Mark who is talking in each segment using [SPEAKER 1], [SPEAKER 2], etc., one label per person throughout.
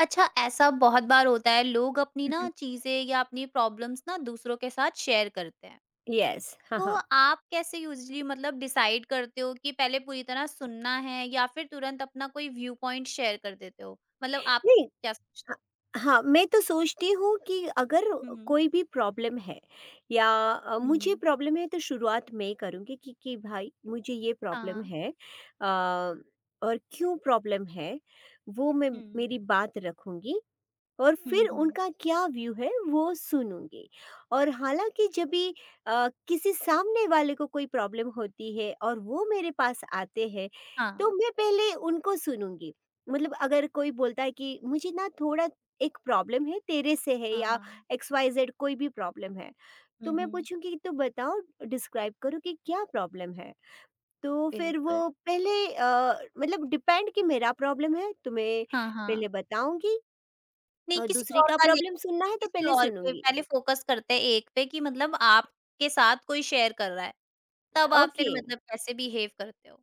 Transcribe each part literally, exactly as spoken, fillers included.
[SPEAKER 1] अच्छा ऐसा बहुत बार होता है लोग अपनी
[SPEAKER 2] हुँ,
[SPEAKER 1] ना
[SPEAKER 2] हुँ।
[SPEAKER 1] चीज़ें या अपनी प्रॉब्लम्स ना दूसरों के साथ शेयर करते हैं।
[SPEAKER 2] यस, हाँ,
[SPEAKER 1] तो
[SPEAKER 2] हाँ।
[SPEAKER 1] आप कैसे यूज़ुअली मतलब डिसाइड करते हो कि पहले पूरी तरह सुनना है या फिर तुरंत अपना कोई व्यू पॉइंट शेयर कर देते हो? मतलब आप
[SPEAKER 2] नहीं ह
[SPEAKER 1] क्या सोचते हो?
[SPEAKER 2] हाँ, मैं तो सोचती हूँ कि अगर
[SPEAKER 1] हुँ, हुँ।
[SPEAKER 2] कोई भी प्रॉब्लम है या अ, मुझे प्रॉब्लम है तो शुरुआत मैं ही करूँगी कि कि भाई मुझे ये प्रॉब्लम
[SPEAKER 1] हाँ।
[SPEAKER 2] है, अ, और क्यों प्रॉब्लम है, वो मैं
[SPEAKER 1] हुँ,
[SPEAKER 2] मेरी बात रखूँगी और
[SPEAKER 1] हुँ,
[SPEAKER 2] फिर
[SPEAKER 1] हुँ।
[SPEAKER 2] उनका क्या व्यू है वो सुनूँगी। और हालाँकि जब भी अ, किसी सामने वाले को कोई प्रॉब्लम होती है और वो मेरे पास आते हैं, तो
[SPEAKER 1] हाँ।
[SPEAKER 2] मैं पहले उनको सुनूँगी। मतलब अगर कोई बोलता है कि मुझे ना थोड़ा एक प्रॉब्लम है तेरे से है या
[SPEAKER 1] हाँ,
[SPEAKER 2] एक्स वाई ज़ेड कोई भी प्रॉब्लम है। तो
[SPEAKER 1] हुँ,
[SPEAKER 2] मैं
[SPEAKER 1] हुँ।
[SPEAKER 2] पूछूँगी तो बताओ डिस्क्राइब करो कि क्या प्रॉब्लम है? तो फिर
[SPEAKER 1] बिल्कुल।
[SPEAKER 2] वो पहले अ, मतलब डिपेंड कि मेरा प्रॉब्लम है तो मैं
[SPEAKER 1] हाँ, हाँ।
[SPEAKER 2] पहले बताऊँगी
[SPEAKER 1] नहीं
[SPEAKER 2] और
[SPEAKER 1] किसी
[SPEAKER 2] दूसरे
[SPEAKER 1] और
[SPEAKER 2] का
[SPEAKER 1] का ले
[SPEAKER 2] प्रॉब्लम सुनना है तो
[SPEAKER 1] किसी
[SPEAKER 2] पहले
[SPEAKER 1] और पे
[SPEAKER 2] सुनूँगी।
[SPEAKER 1] पहले फोकस करते हैं एक पे कि मतलब आपके साथ कोई शेयर कर रहा है। तब आप
[SPEAKER 2] ओके।
[SPEAKER 1] फिर मतलब कैसे बिहेव करते हो?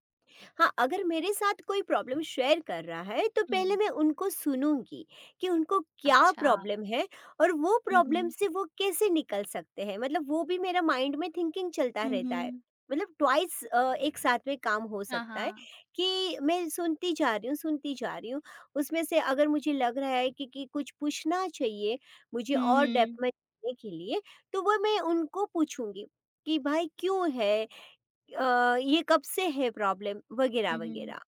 [SPEAKER 2] हाँ, अगर मेरे साथ कोई प्रॉब्लम शेयर कर रहा है तो पहले
[SPEAKER 1] हुँ।
[SPEAKER 2] मैं उनको सुनूँगी कि उनको क्या
[SPEAKER 1] अच्छा।
[SPEAKER 2] प्रॉब्लम है और वो
[SPEAKER 1] हुँ,
[SPEAKER 2] प्रॉब्लम
[SPEAKER 1] हुँ।
[SPEAKER 2] से वो कैसे निकल सकते हैं। मतलब वो भी मेरा माइंड में थिंकिंग चलता
[SPEAKER 1] हुँ,
[SPEAKER 2] रहता है।
[SPEAKER 1] हुँ।
[SPEAKER 2] मतलब ट्वाइस अ, एक साथ में काम हो
[SPEAKER 1] हाँ,
[SPEAKER 2] सकता है
[SPEAKER 1] हाँ।
[SPEAKER 2] कि मैं सुनती जा रही हूँ, सुनती जा रही हूँ। उसमें से अगर मुझे लग रहा है कि कि कुछ पूछना चाहिए मुझे
[SPEAKER 1] हुँ,
[SPEAKER 2] और डेप्थ
[SPEAKER 1] हुँ।
[SPEAKER 2] में जाने के लिए, तो वो मैं उनको पूछूँगी कि भाई क्यों है, अ, ये कब से है प्रॉब्लम वगैरह
[SPEAKER 1] हुँ, हुँ।
[SPEAKER 2] वगैरह।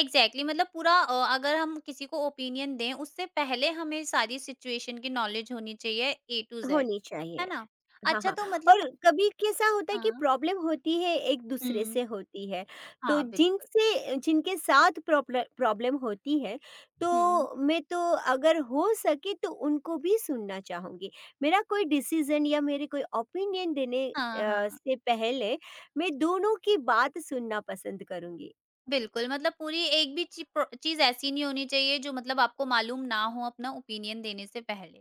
[SPEAKER 1] एग्ज़ैक्टली मतलब पूरा अ, अगर हम किसी को ओपिनियन दें उससे पहले हमें सारी सिचुएशन की नॉलेज होनी चाहिए ए टू ज़ेड,
[SPEAKER 2] होनी चाहिए।
[SPEAKER 1] है ना?
[SPEAKER 2] हाँ
[SPEAKER 1] अच्छा
[SPEAKER 2] हाँ,
[SPEAKER 1] तो
[SPEAKER 2] और
[SPEAKER 1] मतलब
[SPEAKER 2] कभी कैसा होता है कि
[SPEAKER 1] हाँ।
[SPEAKER 2] प्रॉब्लम होती है एक दूसरे से
[SPEAKER 1] हुँ।
[SPEAKER 2] होती है तो
[SPEAKER 1] हाँ, बिल्कुल।
[SPEAKER 2] जिनसे जिनके साथ प्रॉब्लम होती है तो
[SPEAKER 1] हुँ।
[SPEAKER 2] मैं तो अगर हो सके तो उनको भी सुनना चाहूँगी। मेरा कोई डिसीजन या मेरे कोई ओपिनियन देने
[SPEAKER 1] हाँ,
[SPEAKER 2] अ,
[SPEAKER 1] हाँ।
[SPEAKER 2] से पहले मैं दोनों की बात सुनना पसंद करूँगी।
[SPEAKER 1] बिल्कुल, मतलब पूरी एक भी ची प्रो चीज़ ऐसी नहीं होनी चाहिए जो मतलब आपको मालूम ना हो अपना ओपिनियन देने से पहले,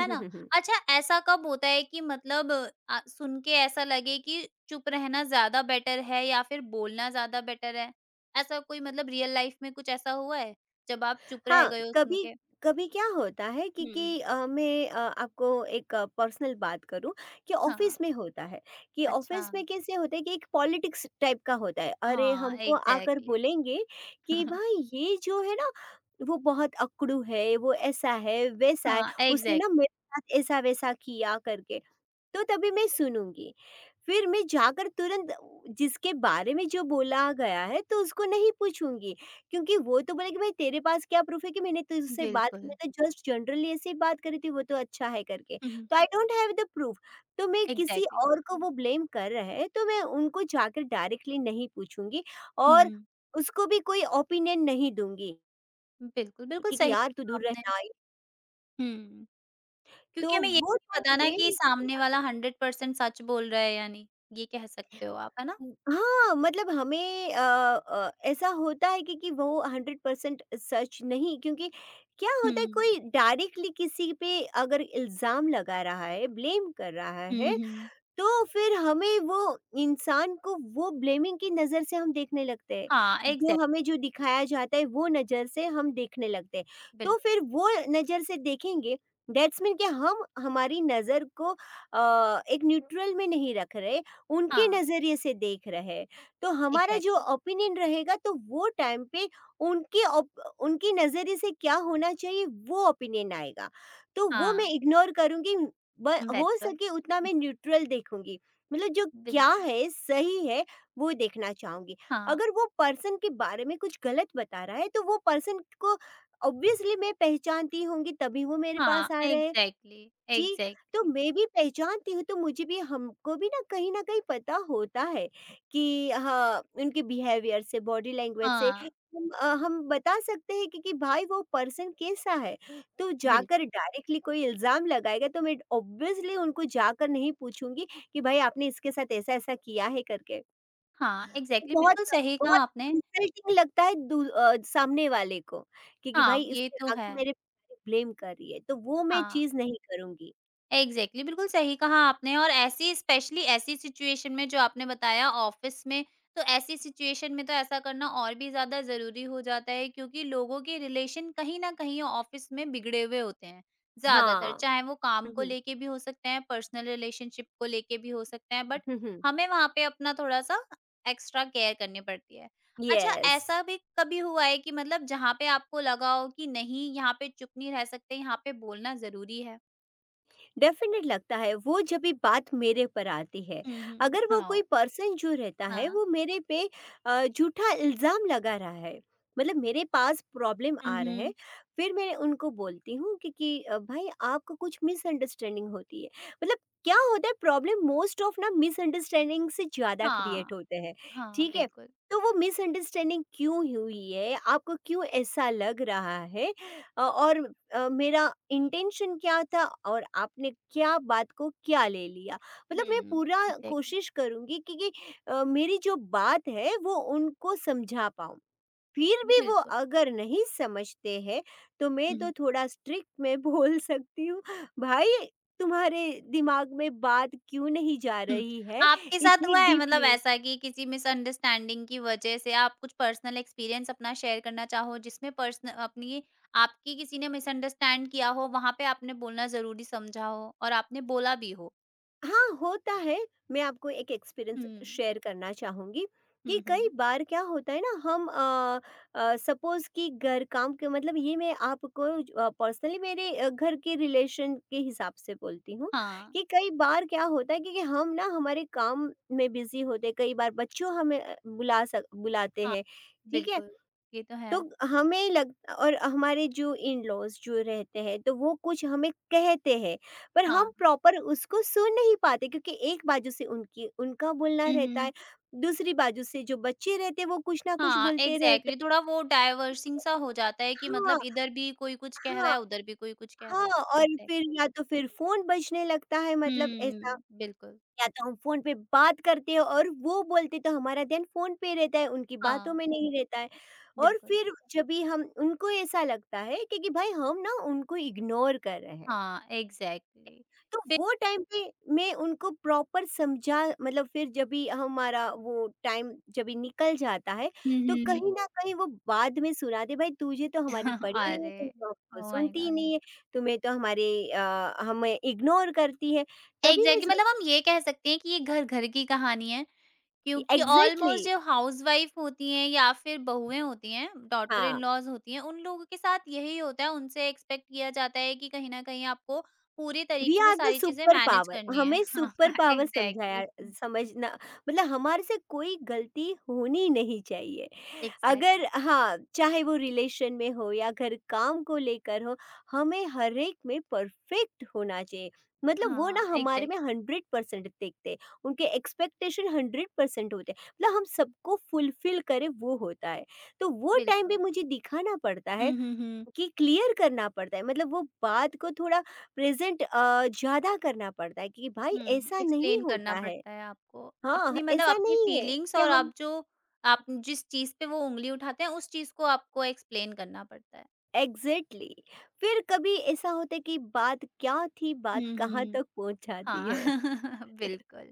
[SPEAKER 1] है ना? अच्छा ऐसा कब होता है कि मतलब अ, सुन के ऐसा लगे कि चुप रहना ज़्यादा बेटर है या फिर बोलना ज़्यादा बेटर है? ऐसा कोई मतलब रियल लाइफ़ में कुछ ऐसा हुआ है, जब आप चुप रह
[SPEAKER 2] हाँ,
[SPEAKER 1] गए हो सुन
[SPEAKER 2] कभी
[SPEAKER 1] के?
[SPEAKER 2] कभी क्या होता है कि
[SPEAKER 1] हुँ।
[SPEAKER 2] कि अ, मैं अ, आपको एक पर्सनल बात करूँ कि
[SPEAKER 1] हाँ,
[SPEAKER 2] ऑफ़िस में होता है, कि
[SPEAKER 1] अच्छा।
[SPEAKER 2] ऑफ़िस में कैसे होता है कि एक पॉलिटिक्स टाइप का होता है। अरे!
[SPEAKER 1] हाँ,
[SPEAKER 2] हमको आकर
[SPEAKER 1] एग्ज़ैक्टली।
[SPEAKER 2] बोलेंगे कि भाई ये जो है ना, वो बहुत अकड़ू है, वो ऐसा है, वैसा है,
[SPEAKER 1] हाँ,
[SPEAKER 2] उसने ना
[SPEAKER 1] एग्ज़ैक्टली,
[SPEAKER 2] मेरे साथ ऐसा-वैसा किया करके, तो तभी मैं सुनूँगी। फिर मैं जाकर तुरंत जिसके बारे में जो बोला गया है तो उसको नहीं पूछूँगी, क्योंकि वो तो बोलेगा भाई तेरे पास क्या प्रूफ़ है कि मैंने तुझसे बात
[SPEAKER 1] बिल्कुल।
[SPEAKER 2] की, मैं तो जस्ट जनरली ऐसे ही बात करी थी वो तो अच्छा है करके।
[SPEAKER 1] हुँ, हुँ।
[SPEAKER 2] तो I don't have the proof, तो मैं किसी
[SPEAKER 1] एग्ज़ैक्टली।
[SPEAKER 2] और को वो ब्लेम कर रहे हैं तो मैं उनको जाकर डायरेक्टली नहीं पूछूँगी और
[SPEAKER 1] हुँ,
[SPEAKER 2] उसको भी कोई ओपिनियन नहीं दूँगी,
[SPEAKER 1] बिल्कुल, बिल्कुल
[SPEAKER 2] क्योंकि
[SPEAKER 1] सही
[SPEAKER 2] यार तू
[SPEAKER 1] कहा
[SPEAKER 2] दूर
[SPEAKER 1] आपने।
[SPEAKER 2] रहना।
[SPEAKER 1] हुँ। क्योंकि
[SPEAKER 2] तो
[SPEAKER 1] हमें ये
[SPEAKER 2] वो
[SPEAKER 1] नहीं
[SPEAKER 2] टाइम
[SPEAKER 1] पता ना
[SPEAKER 2] पे
[SPEAKER 1] कि सामने वाला हंड्रेड परसेंट सच बोल रहा है या नहीं, ये कह सकते हो आप, है ना?
[SPEAKER 2] हाँ, मतलब हमें अ अ, ऐसा होता है कि कि वो हंड्रेड परसेंट सच नहीं क्योंकि क्या
[SPEAKER 1] हुँ।
[SPEAKER 2] होता है कोई डायरेक्टली किसी पे अगर इल्ज़ाम लगा रहा है, ब्लेम कर रहा
[SPEAKER 1] हुँ,
[SPEAKER 2] है,
[SPEAKER 1] हुँ।
[SPEAKER 2] तो फिर हमें वो इंसान को वो ब्लेमिंग की नज़र से हम देखने लगते हैं।
[SPEAKER 1] हाँ,
[SPEAKER 2] जो
[SPEAKER 1] एग्ज़ैक्टली,
[SPEAKER 2] हमें जो दिखाया जाता है वो नज़र से हम देखने लगते हैं। तो
[SPEAKER 1] बिल्कुल।
[SPEAKER 2] फिर वो नज़र से देखेंगे, दैट्स मीन कि हम हमारी नज़र को अ, एक न्यूट्रल में नहीं रख रहे, उनके
[SPEAKER 1] हाँ,
[SPEAKER 2] नज़रिए से देख रहे हैं। तो हमारा जो
[SPEAKER 1] एग्ज़ैक्टली,
[SPEAKER 2] ओपिनियन रहेगा तो वो टाइम पे उनके ओप उनके नज़रिए से क्या होना चाहिए वो ओपिनियन आएगा। तो वो
[SPEAKER 1] हाँ,
[SPEAKER 2] मैं इग्नोर करूँगी, ब हो
[SPEAKER 1] दैट्स व्हाट,
[SPEAKER 2] सके उतना मैं न्यूट्रल देखूँगी। मतलब जो क्या
[SPEAKER 1] बिल्कुल।
[SPEAKER 2] है, सही है, वो देखना चाहूँगी।
[SPEAKER 1] हाँ,
[SPEAKER 2] अगर वो पर्सन के बारे में कुछ गलत बता रहा है, तो वो पर्सन को ऑब्वियसली मैं पहचानती होंगी तभी वो मेरे
[SPEAKER 1] हाँ,
[SPEAKER 2] पास आ रहे हैं।
[SPEAKER 1] एग्ज़ैक्टली,
[SPEAKER 2] ठीक, तो
[SPEAKER 1] एग्ज़ैक्टली,
[SPEAKER 2] मैं भी पहचानती हूँ तो मुझे भी हमको भी ना कहीं ना कहीं पता होता है कि हाँ उनके बिहेवियर से बॉडी लैंग्वेज से
[SPEAKER 1] हाँ,
[SPEAKER 2] हम अ, हम बता सकते हैं कि, कि भाई वो पर्सन कैसा है। तो
[SPEAKER 1] बिल्कुल।
[SPEAKER 2] जाकर डायरेक्टली कोई इल्ज़ाम लगाएगा तो मैं ऑब्वियसली उनको जाकर नहीं पूछूंगी कि भाई आपने इसके साथ ऐसा ऐसा किया है करके।
[SPEAKER 1] हाँ, एग्ज़ैक्टली,
[SPEAKER 2] बहुत
[SPEAKER 1] बिल्कुल सही
[SPEAKER 2] बहुत
[SPEAKER 1] कहा आपने।
[SPEAKER 2] इंसल्टिंग लगता है दू- अ, सामने वाले को क्योंकि भाई
[SPEAKER 1] हाँ, ये
[SPEAKER 2] इसने
[SPEAKER 1] तो है।
[SPEAKER 2] आके मेरे ब्लेम कर रही है तो वो मैं
[SPEAKER 1] हाँ।
[SPEAKER 2] चीज़ नहीं करूंगी।
[SPEAKER 1] एग्जैक्टली exactly, बिल्कुल सही कहा आपने और ऐसी स्पेशली ऐसी सिचुएशन में जो आपने बताया ऑफिस में, तो ऐसी सिचुएशन में तो ऐसा करना और भी ज़्यादा ज़रूरी हो जाता है क्योंकि लोगों के रिलेशन कहीं न कहीं ऑफिस में बिगड़े हुए होते हैं, ज़्यादातर।
[SPEAKER 2] हाँ।
[SPEAKER 1] चाहे वो काम
[SPEAKER 2] हुँ,
[SPEAKER 1] को
[SPEAKER 2] हुँ,
[SPEAKER 1] लेके भी हो सकते हैं, पर्सनल रिलेशनशिप को लेके भी हो सकते हैं, बट
[SPEAKER 2] हुँ, हुँ।
[SPEAKER 1] हमें वहाँ पे अपना थोड़ा-सा एक्स्ट्रा केयर करनी पड़ती है। अच्छा
[SPEAKER 2] यस,
[SPEAKER 1] ऐसा भी कभी हुआ है कि मतलब जहाँ पे आपको लगा हो कि नहीं यहाँ पे चुप नहीं रह सकते, यहाँ पे बोलना ज़रूरी है?
[SPEAKER 2] डेफ़िनेट लगता है वो जब भी बात मेरे पर आती है,
[SPEAKER 1] हुँ, हुँ।
[SPEAKER 2] अगर वो कोई
[SPEAKER 1] हाँ,
[SPEAKER 2] पर्सन जो रहता है
[SPEAKER 1] हाँ।
[SPEAKER 2] वो मेरे पे अ, झूठा इल्ज़ाम लगा रहा है, मतलब मेरे पास प्रॉब्लम
[SPEAKER 1] हुँ,
[SPEAKER 2] आ रहा है,
[SPEAKER 1] हुँ।
[SPEAKER 2] फिर मैं उनको बोलती हूँ कि कि अ, भाई आपको कुछ मिसअंडरस्टैंडिंग होती है। मतलब क्या होता है प्रॉब्लम मोस्ट ऑफ ना मिसअंडरस्टैंडिंग से ज़्यादा क्रिएट
[SPEAKER 1] हाँ,
[SPEAKER 2] होते हैं,
[SPEAKER 1] हाँ,
[SPEAKER 2] ठीक है?
[SPEAKER 1] बिल्कुल।
[SPEAKER 2] तो वो मिसअंडरस्टैंडिंग क्यों हुई है, आपको क्यों ऐसा लग रहा है, अ, और अ, मेरा इंटेंशन क्या था और आपने क्या बात को क्या ले लिया। मतलब मैं
[SPEAKER 1] हुँ।
[SPEAKER 2] पूरा
[SPEAKER 1] एग्ज़ैक्टली,
[SPEAKER 2] कोशिश करूंगी कि, कि अ, मेरी जो बात है वो उनको समझा पाऊँ। फिर भी वो
[SPEAKER 1] बिल्कुल।
[SPEAKER 2] अगर नहीं समझते हैं तो मैं
[SPEAKER 1] हुँ,
[SPEAKER 2] तो
[SPEAKER 1] हुँ,
[SPEAKER 2] थोड़ा स्ट्रिक्ट में बोल सकती हूँ भाई तुम्हारे दिमाग में बात क्यों नहीं जा
[SPEAKER 1] हुँ।
[SPEAKER 2] रही है।
[SPEAKER 1] आपके साथ
[SPEAKER 2] इतनी
[SPEAKER 1] हुआ है मतलब
[SPEAKER 2] डीपली
[SPEAKER 1] ऐसा कि किसी मिसअंडरस्टैंडिंग की वजह से आप कुछ पर्सनल एक्सपीरियंस अपना शेयर करना चाहो जिसमें पर्सन अपनी आपकी किसी ने मिसअंडरस्टैंड किया हो, वहाँ पे आपने बोलना ज़रूरी समझा हो और आपने बोला भी हो?
[SPEAKER 2] हाँ, होता है। मैं आपको एक एक्सपीरियंस
[SPEAKER 1] हुँ।
[SPEAKER 2] शेयर करना चाहूँगी कि
[SPEAKER 1] हुँ,
[SPEAKER 2] कई
[SPEAKER 1] हुँ।
[SPEAKER 2] बार क्या होता है ना हम अ अ, सपोज़ कि घर काम के मतलब ये मैं आपको अ, पर्सनली मेरे अ, घर के रिलेशन के हिसाब से बोलती हूँ
[SPEAKER 1] हाँ,
[SPEAKER 2] कि कई बार क्या होता है क्योंकि हम ना हमारे काम में बिज़ी होते हैं। कई बार बच्चों हमें अ, बुला सक बुलाते
[SPEAKER 1] हाँ,
[SPEAKER 2] हैं, ठीक है?
[SPEAKER 1] बिल्कुल। ये तो है।
[SPEAKER 2] तो हमें लग और हमारे जो इन-लॉज़ जो रहते हैं, तो वो कुछ हमें कहते हैं, पर हम
[SPEAKER 1] हाँ।
[SPEAKER 2] प्रॉपर उसको सुन नहीं पाते क्योंकि एक बाजू से उनकी उनका बोलना
[SPEAKER 1] हुँ,
[SPEAKER 2] रहता
[SPEAKER 1] हुँ।
[SPEAKER 2] है, दूसरी बाजू से जो बच्चे रहते हैं, वो कुछ ना कुछ
[SPEAKER 1] हाँ,
[SPEAKER 2] बोलते रहते
[SPEAKER 1] एग्ज़ैक्टली
[SPEAKER 2] हैं।
[SPEAKER 1] थोड़ा वो डाइवर्सिंग सा हो जाता है कि
[SPEAKER 2] हाँ,
[SPEAKER 1] मतलब इधर भी कोई कुछ कह
[SPEAKER 2] हाँ,
[SPEAKER 1] रहा है, उधर भी कोई कुछ कह
[SPEAKER 2] हाँ,
[SPEAKER 1] रहा है।
[SPEAKER 2] और फिर
[SPEAKER 1] एग्ज़ैक्टली
[SPEAKER 2] या तो फिर फ़ोन बजने लगता है मतलब ऐसा
[SPEAKER 1] हुँ, बिल्कुल।
[SPEAKER 2] या तो हम फ़ोन पे बात करते हैं और वो बोलते तो हमारा ध्यान फ़ोन पे रहता है, उनकी बातों
[SPEAKER 1] हाँ,
[SPEAKER 2] में नहीं रहता है। और
[SPEAKER 1] बिल्कुल।
[SPEAKER 2] फिर जब भी हम उनको ऐसा लगता है कि कि भाई हम ना उनको इग्नोर कर रहे हैं।
[SPEAKER 1] हाँ, एग्ज़ैक्टली
[SPEAKER 2] तो
[SPEAKER 1] फिर
[SPEAKER 2] वो टाइम पे मैं उनको प्रॉपर समझा मतलब फिर जब भी हमारा वो टाइम जब भी निकल जाता है,
[SPEAKER 1] हुँ,
[SPEAKER 2] तो
[SPEAKER 1] हुँ।
[SPEAKER 2] कहीं न कहीं वो बाद में सुनाते, "भाई तुझे तो हमारी पड़ी नहीं है,
[SPEAKER 1] अरे!
[SPEAKER 2] तुम तो हमको
[SPEAKER 1] ओह माय
[SPEAKER 2] सुनती ही
[SPEAKER 1] गॉड!
[SPEAKER 2] नहीं है, तुम्हें तो हमारे अ, हमें इग्नोर करती है।" तभी मैं
[SPEAKER 1] एग्ज़ैक्टली
[SPEAKER 2] सोचती
[SPEAKER 1] मतलब हम ये कह सकते हैं कि ये घर-घर की कहानी है। क्योंकि
[SPEAKER 2] एग्ज़ैक्टली
[SPEAKER 1] ऑलमोस्ट जो हाउसवाइफ होती हैं या फिर बहुएँ होती हैं, डॉटर इन
[SPEAKER 2] हाँ।
[SPEAKER 1] लॉज़ होती हैं, उन लोगों के साथ यही होता है, उनसे एक्सपेक्ट किया जाता है कि कहीं न कहीं आपको पूरी
[SPEAKER 2] वी
[SPEAKER 1] तरीके से
[SPEAKER 2] आर द
[SPEAKER 1] सारी चीज़ें
[SPEAKER 2] सुपर
[SPEAKER 1] मैनेज
[SPEAKER 2] पावर
[SPEAKER 1] करनी है।
[SPEAKER 2] हमें
[SPEAKER 1] हाँ,
[SPEAKER 2] सुपर
[SPEAKER 1] हाँ,
[SPEAKER 2] पावर समझाया
[SPEAKER 1] एग्ज़ैक्टली। हुँ, हुँ,
[SPEAKER 2] समझना मतलब हमारे से कोई गलती होनी नहीं चाहिए अगर
[SPEAKER 1] एग्ज़ैक्टली।
[SPEAKER 2] हाँ चाहे वो रिलेशन में हो या घर काम को लेकर हो हमें हर एक में परफेक्ट होना चाहिए। मतलब वो ना
[SPEAKER 1] हाँ,
[SPEAKER 2] हमारे
[SPEAKER 1] एग्ज़ैक्टली,
[SPEAKER 2] में हंड्रेड परसेंट देखते, उनके एक्सपेक्टेशन हंड्रेड परसेंट होते मतलब हम सबको फुलफिल करें वो होता है। तो वो टाइम भी
[SPEAKER 1] बिल्कुल।
[SPEAKER 2] मुझे दिखाना पड़ता है
[SPEAKER 1] हुँ, हुँ, हुँ।
[SPEAKER 2] कि क्लियर करना पड़ता है मतलब वो बात को थोड़ा प्रेजेंट अ, ज़्यादा करना पड़ता है कि भाई
[SPEAKER 1] हुँ,
[SPEAKER 2] ऐसा नहीं
[SPEAKER 1] एक्सप्लेन करना
[SPEAKER 2] होता है।
[SPEAKER 1] पड़ता है आपको।
[SPEAKER 2] हाँ,
[SPEAKER 1] अपनी मतलब
[SPEAKER 2] ऐसा
[SPEAKER 1] अपनी
[SPEAKER 2] नहीं है
[SPEAKER 1] फीलिंग्स
[SPEAKER 2] कि
[SPEAKER 1] और
[SPEAKER 2] हम
[SPEAKER 1] आप जो आप जिस चीज़ पे वो ऊँगली उठाते हैं, उस चीज़ को आपको एक्सप्लेन करना पड़ता है।
[SPEAKER 2] एग्ज़ैक्टली फिर कभी ऐसा होता है कि बात क्या थी, बात
[SPEAKER 1] हुँ,
[SPEAKER 2] कहाँ
[SPEAKER 1] हुँ।
[SPEAKER 2] तक पहुँच जाती
[SPEAKER 1] हाँ
[SPEAKER 2] है।
[SPEAKER 1] बिल्कुल।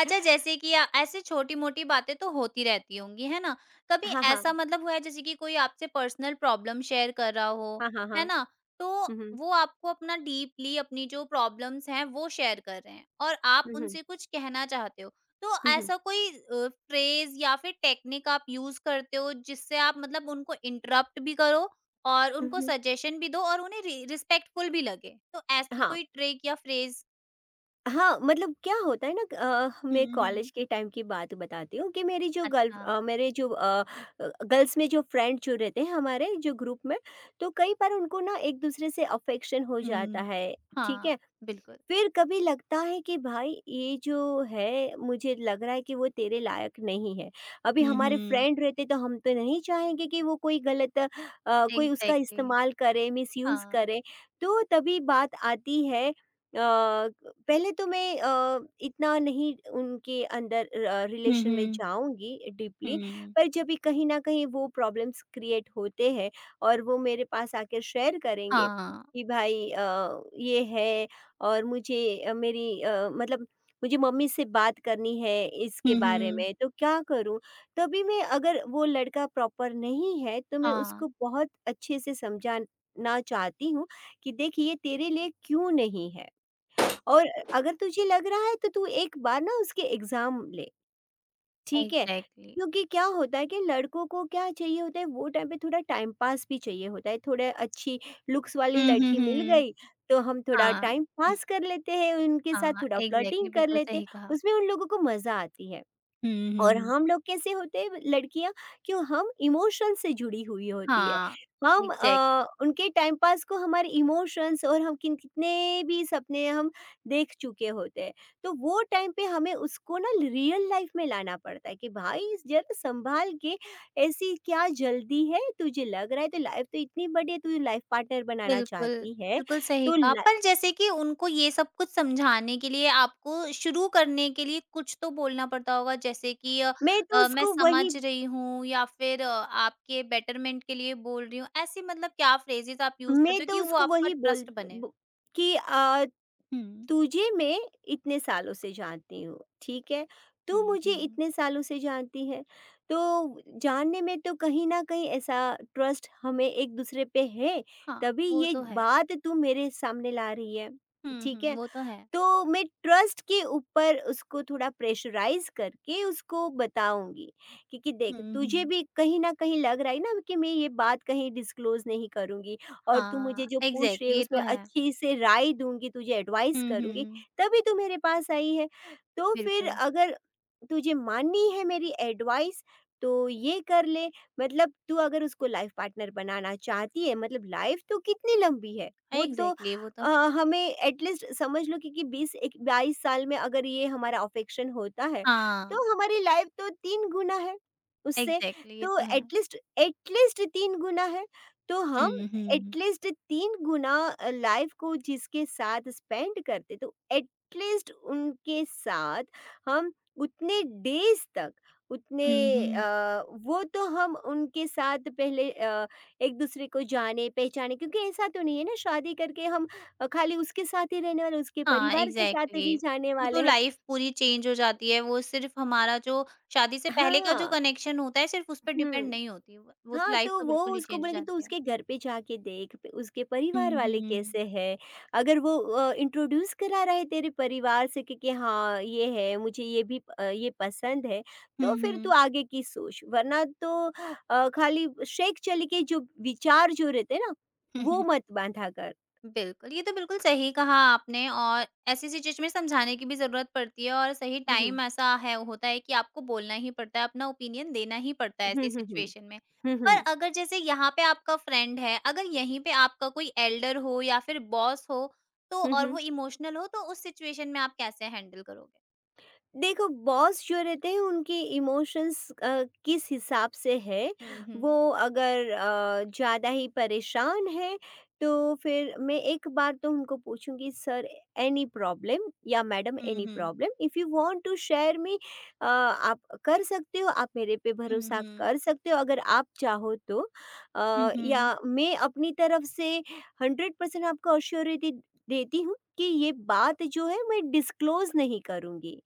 [SPEAKER 1] अच्छा जैसे कि अ, ऐसे छोटी-मोटी बातें तो होती रहती होंगी, है ना? कभी
[SPEAKER 2] हाँ,
[SPEAKER 1] ऐसा
[SPEAKER 2] हाँ।
[SPEAKER 1] मतलब हुआ है जैसे कि कोई आपसे पर्सनल प्रॉब्लम शेयर कर रहा हो,
[SPEAKER 2] हाँ, हाँ, हाँ।
[SPEAKER 1] है ना? तो
[SPEAKER 2] हुँ, हुँ।
[SPEAKER 1] वो आपको अपना डीपली अपनी जो प्रॉब्लम्स हैं वो शेयर कर रहे हैं और आप
[SPEAKER 2] हुँ, हुँ।
[SPEAKER 1] उनसे कुछ कहना चाहते हो। तो
[SPEAKER 2] हुँ, हुँ।
[SPEAKER 1] ऐसा कोई अ, फ्रेज़ या फिर टेक्निक आप यूज़ करते हो जिससे आप मतलब उनको इंटरप्ट भी करो और
[SPEAKER 2] हुँ,
[SPEAKER 1] उनको
[SPEAKER 2] हुँ।
[SPEAKER 1] सजेशन भी दो और उन्हें रि रिस्पेक्टफुल भी लगे? तो ऐसी
[SPEAKER 2] हाँ।
[SPEAKER 1] कोई ट्रिक या फ्रेज़?
[SPEAKER 2] हाँ, मतलब क्या होता है ना अ, मैं
[SPEAKER 1] हुँ,
[SPEAKER 2] कॉलेज
[SPEAKER 1] हुँ।
[SPEAKER 2] के टाइम की बात बताती हूँ कि मेरी जो गर्ल
[SPEAKER 1] अच्छा।
[SPEAKER 2] अ, मेरे जो अ, अ, गर्ल्स में जो फ्रेंड जो रहते हैं हमारे जो ग्रुप में, तो कई बार उनको ना एक-दूसरे से अफ़ेक्शन हो जाता
[SPEAKER 1] हुँ।
[SPEAKER 2] है, ठीक
[SPEAKER 1] हाँ,
[SPEAKER 2] है?
[SPEAKER 1] बिल्कुल।
[SPEAKER 2] फिर कभी लगता है कि भाई ये जो है मुझे लग रहा है कि वो तेरे लायक नहीं है। अभी
[SPEAKER 1] हुँ,
[SPEAKER 2] हमारे
[SPEAKER 1] हुँ।
[SPEAKER 2] फ्रेंड रहते तो हम तो नहीं चाहेंगे कि वो कोई गलत अ, कोई उसका
[SPEAKER 1] एग्ज़ैक्टली,
[SPEAKER 2] इस्तेमाल करे मिसयूज
[SPEAKER 1] हाँ।
[SPEAKER 2] करे। तो तभी बात आती है, अ, पहले तो मैं अ, इतना नहीं उनके अंदर
[SPEAKER 1] हुँ,
[SPEAKER 2] रिलेशन में
[SPEAKER 1] हुँ,
[SPEAKER 2] जाऊंगी डीपली,
[SPEAKER 1] हुँ।
[SPEAKER 2] पर जब भी कहीं ना कहीं वो प्रॉब्लम्स क्रिएट होते हैं और वो मेरे पास आकर शेयर करेंगे
[SPEAKER 1] हाँ।
[SPEAKER 2] कि भाई अ, ये है और मुझे अ, मेरी अ, मतलब मुझे मम्मी से बात करनी है इसके
[SPEAKER 1] हुँ,
[SPEAKER 2] बारे
[SPEAKER 1] हुँ।
[SPEAKER 2] में तो क्या करूँ? तभी मैं अगर वो लड़का प्रॉपर नहीं है तो मैं
[SPEAKER 1] हाँ,
[SPEAKER 2] उसको बहुत अच्छे से समझाना चाहती हूँ कि देख ये तेरे लिए क्यों नहीं है। और अगर तुझे लग रहा है तो तू एक बार ना उसके एग्ज़ाम ले। ठीक है।
[SPEAKER 1] एग्ज़ैक्टली।
[SPEAKER 2] क्योंकि क्या होता है कि लड़कों को क्या चाहिए होता है वो टाइम पे थोड़ा टाइम पास भी चाहिए होता है, थोड़े अच्छी लुक्स वाली
[SPEAKER 1] हुँ, हुँ,
[SPEAKER 2] लड़की मिल
[SPEAKER 1] हुँ।
[SPEAKER 2] गई, तो हम थोड़ा
[SPEAKER 1] हाँ,
[SPEAKER 2] टाइम पास कर लेते हैं, उनके साथ
[SPEAKER 1] हाँ,
[SPEAKER 2] थोड़ा
[SPEAKER 1] एग्ज़ैक्टली
[SPEAKER 2] फ्लर्टिंग कर
[SPEAKER 1] बिल्कुल
[SPEAKER 2] लेते हैं,
[SPEAKER 1] सही कहा।
[SPEAKER 2] उसमें उन लोगों को मज़ा आती है।
[SPEAKER 1] हुँ,
[SPEAKER 2] और
[SPEAKER 1] हुँ।
[SPEAKER 2] हम लोग कैसे होते हैं लड़कियां क्यों हम इमोशन से जुड़ी हुई होती है,
[SPEAKER 1] हाँ,
[SPEAKER 2] हम अ,
[SPEAKER 1] एग्ज़ैक्टली।
[SPEAKER 2] उनके टाइम पास को हमारे इमोशंस और हम किन कितने भी सपने हम देख चुके होते हैं, तो वो टाइम पे हमें उसको ना रियल लाइफ में लाना पड़ता है कि भाई जरा संभाल के ऐसी क्या जल्दी है, तुझे लग रहा है तो लाइफ तो इतनी बड़ी है, तू लाइफ पार्टनर बनाना
[SPEAKER 1] बिल्कुल,
[SPEAKER 2] चाहती है
[SPEAKER 1] बिल्कुल सही
[SPEAKER 2] तो
[SPEAKER 1] कहा।
[SPEAKER 2] ला-
[SPEAKER 1] पर जैसे कि उनको ये सब कुछ समझाने के लिए आपको शुरू करने के लिए कुछ तो बोलना पड़ता होगा जैसे कि अ
[SPEAKER 2] मैं तो
[SPEAKER 1] अ, मैं
[SPEAKER 2] उसको वही
[SPEAKER 1] समझ रही हूँ या फिर अ, आपके बेटरमेंट के लिए बोल रही हूँ। ऐसी मतलब क्या फ्रेज़ेज़ आप यूज़
[SPEAKER 2] मैं
[SPEAKER 1] करते हो
[SPEAKER 2] तो
[SPEAKER 1] कि वो
[SPEAKER 2] उसको
[SPEAKER 1] आपका
[SPEAKER 2] वही बोल
[SPEAKER 1] ट्रस्ट बने?
[SPEAKER 2] ब- कि
[SPEAKER 1] हुँ,
[SPEAKER 2] तुझे मैं इतने सालों से जानती हूँ, ठीक है? तू
[SPEAKER 1] हुँ,
[SPEAKER 2] मुझे
[SPEAKER 1] हुँ।
[SPEAKER 2] इतने सालों से जानती है, तो जानने में तो कहीं न कहीं ऐसा ट्रस्ट हमें एक-दूसरे पे है,
[SPEAKER 1] हाँ,
[SPEAKER 2] तभी
[SPEAKER 1] वो
[SPEAKER 2] ये
[SPEAKER 1] तो है।
[SPEAKER 2] बात तू मेरे सामने ला रही है,
[SPEAKER 1] हुँ, हुँ,
[SPEAKER 2] ठीक है?
[SPEAKER 1] वो तो है।
[SPEAKER 2] तो मैं ट्रस्ट के ऊपर उसको थोड़ा प्रेशराइज़ करके उसको बताऊँगी, क्योंकि
[SPEAKER 1] हुँ,
[SPEAKER 2] देख तुझे
[SPEAKER 1] हुँ।
[SPEAKER 2] भी कहीं न कहीं लग रहा है ना कि मैं ये बात कहीं डिस्क्लोज़ नहीं करूँगी और तू मुझे
[SPEAKER 1] हाँ,
[SPEAKER 2] जो पूछ रही है
[SPEAKER 1] एग्ज़ैक्टली ये
[SPEAKER 2] उसमें
[SPEAKER 1] तो है।
[SPEAKER 2] अच्छी से राय दूँगी, तुझे एडवाइस
[SPEAKER 1] हुँ,
[SPEAKER 2] करूँगी,
[SPEAKER 1] हुँ,
[SPEAKER 2] तभी तू मेरे पास आई है। तो फिर
[SPEAKER 1] बिल्कुल।
[SPEAKER 2] अगर तुझे माननी है मेरी एडवाइस तो ये कर ले, मतलब तू अगर उसको लाइफ़ पार्टनर बनाना चाहती है मतलब लाइफ़ तो कितनी लंबी है, वो तो
[SPEAKER 1] एग्ज़ैक्टली वो तो
[SPEAKER 2] अ,
[SPEAKER 1] है।
[SPEAKER 2] हमें एटलीस्ट समझ लो कि, कि बीस एक बाईस साल में अगर ये हमारा अफेक्शन होता है,
[SPEAKER 1] हाँ,
[SPEAKER 2] तो हमारी लाइफ तो तीन गुना है उससे।
[SPEAKER 1] एग्ज़ैक्टली ये
[SPEAKER 2] तो
[SPEAKER 1] तो है।
[SPEAKER 2] एटलीस्ट एटलीस्ट तीन गुना है, तो हम
[SPEAKER 1] हुँ, हुँ।
[SPEAKER 2] एटलीस्ट तीन गुना अ, लाइफ को जिसके साथ स्पेंड करते, तो एटलीस्ट उनके साथ हम उतने डेज़ तक, उतने
[SPEAKER 1] हुँ, हुँ।
[SPEAKER 2] अ, वो तो हम उनके साथ पहले अ, एक-दूसरे को जाने-पहचाने क्योंकि ऐसा तो नहीं है ना शादी करके हम अ, खाली उसके साथ ही रहने वाले, उसके
[SPEAKER 1] हाँ,
[SPEAKER 2] परिवार के साथ
[SPEAKER 1] एग्ज़ैक्टली
[SPEAKER 2] भी जाने
[SPEAKER 1] वो तो
[SPEAKER 2] वाले हैं।
[SPEAKER 1] लाइफ़ पूरी चेंज हो जाती है, वो सिर्फ़ हमारा जो शादी से पहले का जो
[SPEAKER 2] हाँ,
[SPEAKER 1] कनेक्शन होता है सिर्फ़ उस पे
[SPEAKER 2] हुँ।
[SPEAKER 1] डिपेंड नहीं होती, वो वो तो
[SPEAKER 2] हाँ,
[SPEAKER 1] लाइफ़
[SPEAKER 2] तो
[SPEAKER 1] तो
[SPEAKER 2] वो
[SPEAKER 1] बिल्कुल ही
[SPEAKER 2] उसको
[SPEAKER 1] चेंज हो
[SPEAKER 2] बोलेंगे तू
[SPEAKER 1] जाती है।
[SPEAKER 2] उसके घर पे जाके देख, पे- उसके
[SPEAKER 1] हुँ,
[SPEAKER 2] परिवार वाले
[SPEAKER 1] हुँ।
[SPEAKER 2] कैसे हैं। अगर वो अ, इंट्रोड्यूस करा रहा है तेरे परिवार से कि कि हाँ, ये है, मुझे ये भी अ, ये पसंद है,
[SPEAKER 1] हुँ,
[SPEAKER 2] तो फिर तू
[SPEAKER 1] हुँ।
[SPEAKER 2] आगे की सोच। वरना तो अ, खाली शेक चल के जो विचार जो रहते हैं ना, वो मत बांधा कर।
[SPEAKER 1] बिल्कुल, ये तो बिल्कुल सही कहा आपने और ऐसी-ऐसी चीज़ में समझाने की भी ज़रूरत पड़ती है और सही
[SPEAKER 2] हुँ, हुँ।
[SPEAKER 1] टाइम ऐसा है होता है कि आपको बोलना ही पड़ता है, अपना ओपिनियन देना ही पड़ता है
[SPEAKER 2] हुँ,
[SPEAKER 1] ऐसी
[SPEAKER 2] हुँ, हुँ।
[SPEAKER 1] सिचुएशन में।
[SPEAKER 2] हुँ,
[SPEAKER 1] पर
[SPEAKER 2] हुँ।
[SPEAKER 1] अगर जैसे यहाँ पे आपका फ्रेंड है, अगर यहीं पे आपका कोई एल्डर हो या फिर बॉस हो, तो
[SPEAKER 2] हुँ,
[SPEAKER 1] और
[SPEAKER 2] हुँ।
[SPEAKER 1] वो इमोशनल हो तो उस सिचुएशन में आप कैसे हैंडल करोगे?
[SPEAKER 2] देखो बॉस जो रहते हैं उनके इमोशंस अ, किस हिसाब से है,
[SPEAKER 1] हुँ,
[SPEAKER 2] वो
[SPEAKER 1] हुँ।
[SPEAKER 2] अगर अ, ज़्यादा ही परेशान है तो फिर मैं एक बार तो उनको पूछूंगी सर एनी प्रॉब्लम या मैडम
[SPEAKER 1] हुँ,
[SPEAKER 2] एनी
[SPEAKER 1] हुँ।
[SPEAKER 2] Problem if you want to share me, आप कर सकते हो, आप मेरे पे
[SPEAKER 1] हुँ,
[SPEAKER 2] भरोसा
[SPEAKER 1] हुँ।
[SPEAKER 2] कर सकते हो, अगर आप चाहो तो
[SPEAKER 1] हुँ,
[SPEAKER 2] अ,
[SPEAKER 1] हुँ।
[SPEAKER 2] या मैं अपनी तरफ से हंड्रेड परसेंट आपको अश्योरिटी देती हूँ कि ये बात जो है मैं डिस्क्लोज नहीं करूँगी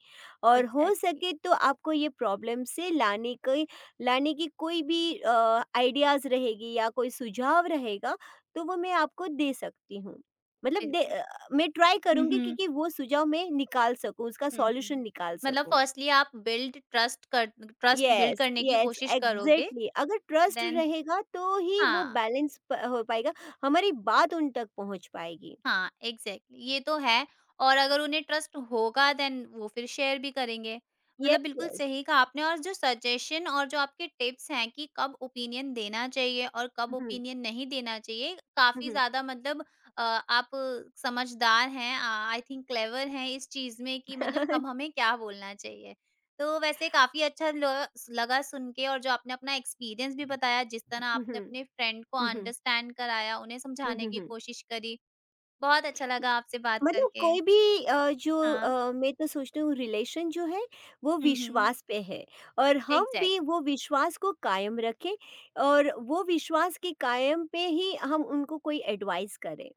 [SPEAKER 2] और हो
[SPEAKER 1] एग्ज़ैक्टली,
[SPEAKER 2] सके तो आपको ये प्रॉब्लम से लाने की लाने की कोई भी अ, आइडियाज़ रहेगी या कोई सुझाव रहेगा तो वो मैं आपको दे सकती हूँ। मतलब दे
[SPEAKER 1] बिल्कुल।
[SPEAKER 2] अ, मैं ट्राई
[SPEAKER 1] हुँ,
[SPEAKER 2] करूँगी कि
[SPEAKER 1] हुँ।
[SPEAKER 2] कि वो सुझाव मैं निकाल सकूँ, उसका
[SPEAKER 1] हुँ,
[SPEAKER 2] सॉल्यूशन
[SPEAKER 1] हुँ।
[SPEAKER 2] निकाल
[SPEAKER 1] मतलब
[SPEAKER 2] सकूँ।
[SPEAKER 1] फर्स्टली आप बिल्ड ट्रस्ट कर ट्रस्ट बिल्ड
[SPEAKER 2] यस,
[SPEAKER 1] करने की
[SPEAKER 2] यस,
[SPEAKER 1] कोशिश करोगे,
[SPEAKER 2] एग्ज़ैक्टली अगर ट्रस्ट
[SPEAKER 1] देन
[SPEAKER 2] रहेगा तो ही वो
[SPEAKER 1] हाँ,
[SPEAKER 2] बैलेंस प हो पाएगा, हमारी बात उन तक पहुँच पाएगी।
[SPEAKER 1] हाँ, एग्ज़ैक्टली ये तो है और अगर उन्हें ट्रस्ट होगा देन वो फिर शेयर भी करेंगे। मतलब
[SPEAKER 2] यस,
[SPEAKER 1] बिल्कुल
[SPEAKER 2] यस।
[SPEAKER 1] सही कहा आपने और जो सजेशन और जो आपके टिप्स हैं कि कब ओपिनियन देना चाहिए और कब
[SPEAKER 2] हुँ,
[SPEAKER 1] ओपिनियन नहीं देना चाहिए,
[SPEAKER 2] हुँ,
[SPEAKER 1] काफ़ी
[SPEAKER 2] हुँ, हुँ।
[SPEAKER 1] ज़्यादा मतलब अ, आप समझदार हैं अ, आई थिंक क्लेवर हैं इस चीज़ में कि मतलब कब हमें क्या बोलना चाहिए। तो वैसे काफ़ी अच्छा ल लगा सुन के और जो आपने अपना एक्सपीरियंस भी बताया, जिस तरह
[SPEAKER 2] हुँ,
[SPEAKER 1] आपने अपने
[SPEAKER 2] हुँ,
[SPEAKER 1] फ्रेंड को
[SPEAKER 2] हुँ,
[SPEAKER 1] अंडरस्टैंड कराया, उन्हें
[SPEAKER 2] हुँ,
[SPEAKER 1] समझाने
[SPEAKER 2] हुँ,
[SPEAKER 1] की
[SPEAKER 2] हुँ।
[SPEAKER 1] कोशिश करी बहुत अच्छा लगा आपसे बात
[SPEAKER 2] मतलब
[SPEAKER 1] करके।
[SPEAKER 2] कोई भी अ, जो
[SPEAKER 1] हाँ।
[SPEAKER 2] अ, मैं तो सोचती हूँ रिलेशन जो है वो
[SPEAKER 1] हुँ, हुँ।
[SPEAKER 2] विश्वास पे है और हम
[SPEAKER 1] एग्ज़ैक्ट
[SPEAKER 2] भी वो विश्वास को कायम रखें और वो विश्वास के कायम पे ही हम उनको कोई एडवाइस करें।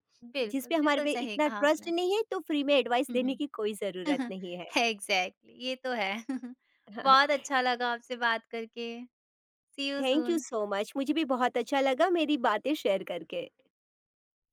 [SPEAKER 2] जिस
[SPEAKER 1] बिल्कुल,
[SPEAKER 2] पे हमारे
[SPEAKER 1] बिल्कुल
[SPEAKER 2] पे
[SPEAKER 1] सही
[SPEAKER 2] इतना
[SPEAKER 1] कहा
[SPEAKER 2] ट्रस्ट
[SPEAKER 1] आपने।
[SPEAKER 2] नहीं है तो फ्री में एडवाइस
[SPEAKER 1] हुँ,
[SPEAKER 2] देने
[SPEAKER 1] हुँ।
[SPEAKER 2] की कोई ज़रूरत नहीं है।
[SPEAKER 1] एग्ज़ैक्टली ये तो है। बहुत अच्छा लगा आपसे बात करके। See you
[SPEAKER 2] thank you
[SPEAKER 1] soon.
[SPEAKER 2] So much, मुझे भी बहुत अच्छा लगा मेरी बातें शेयर करके।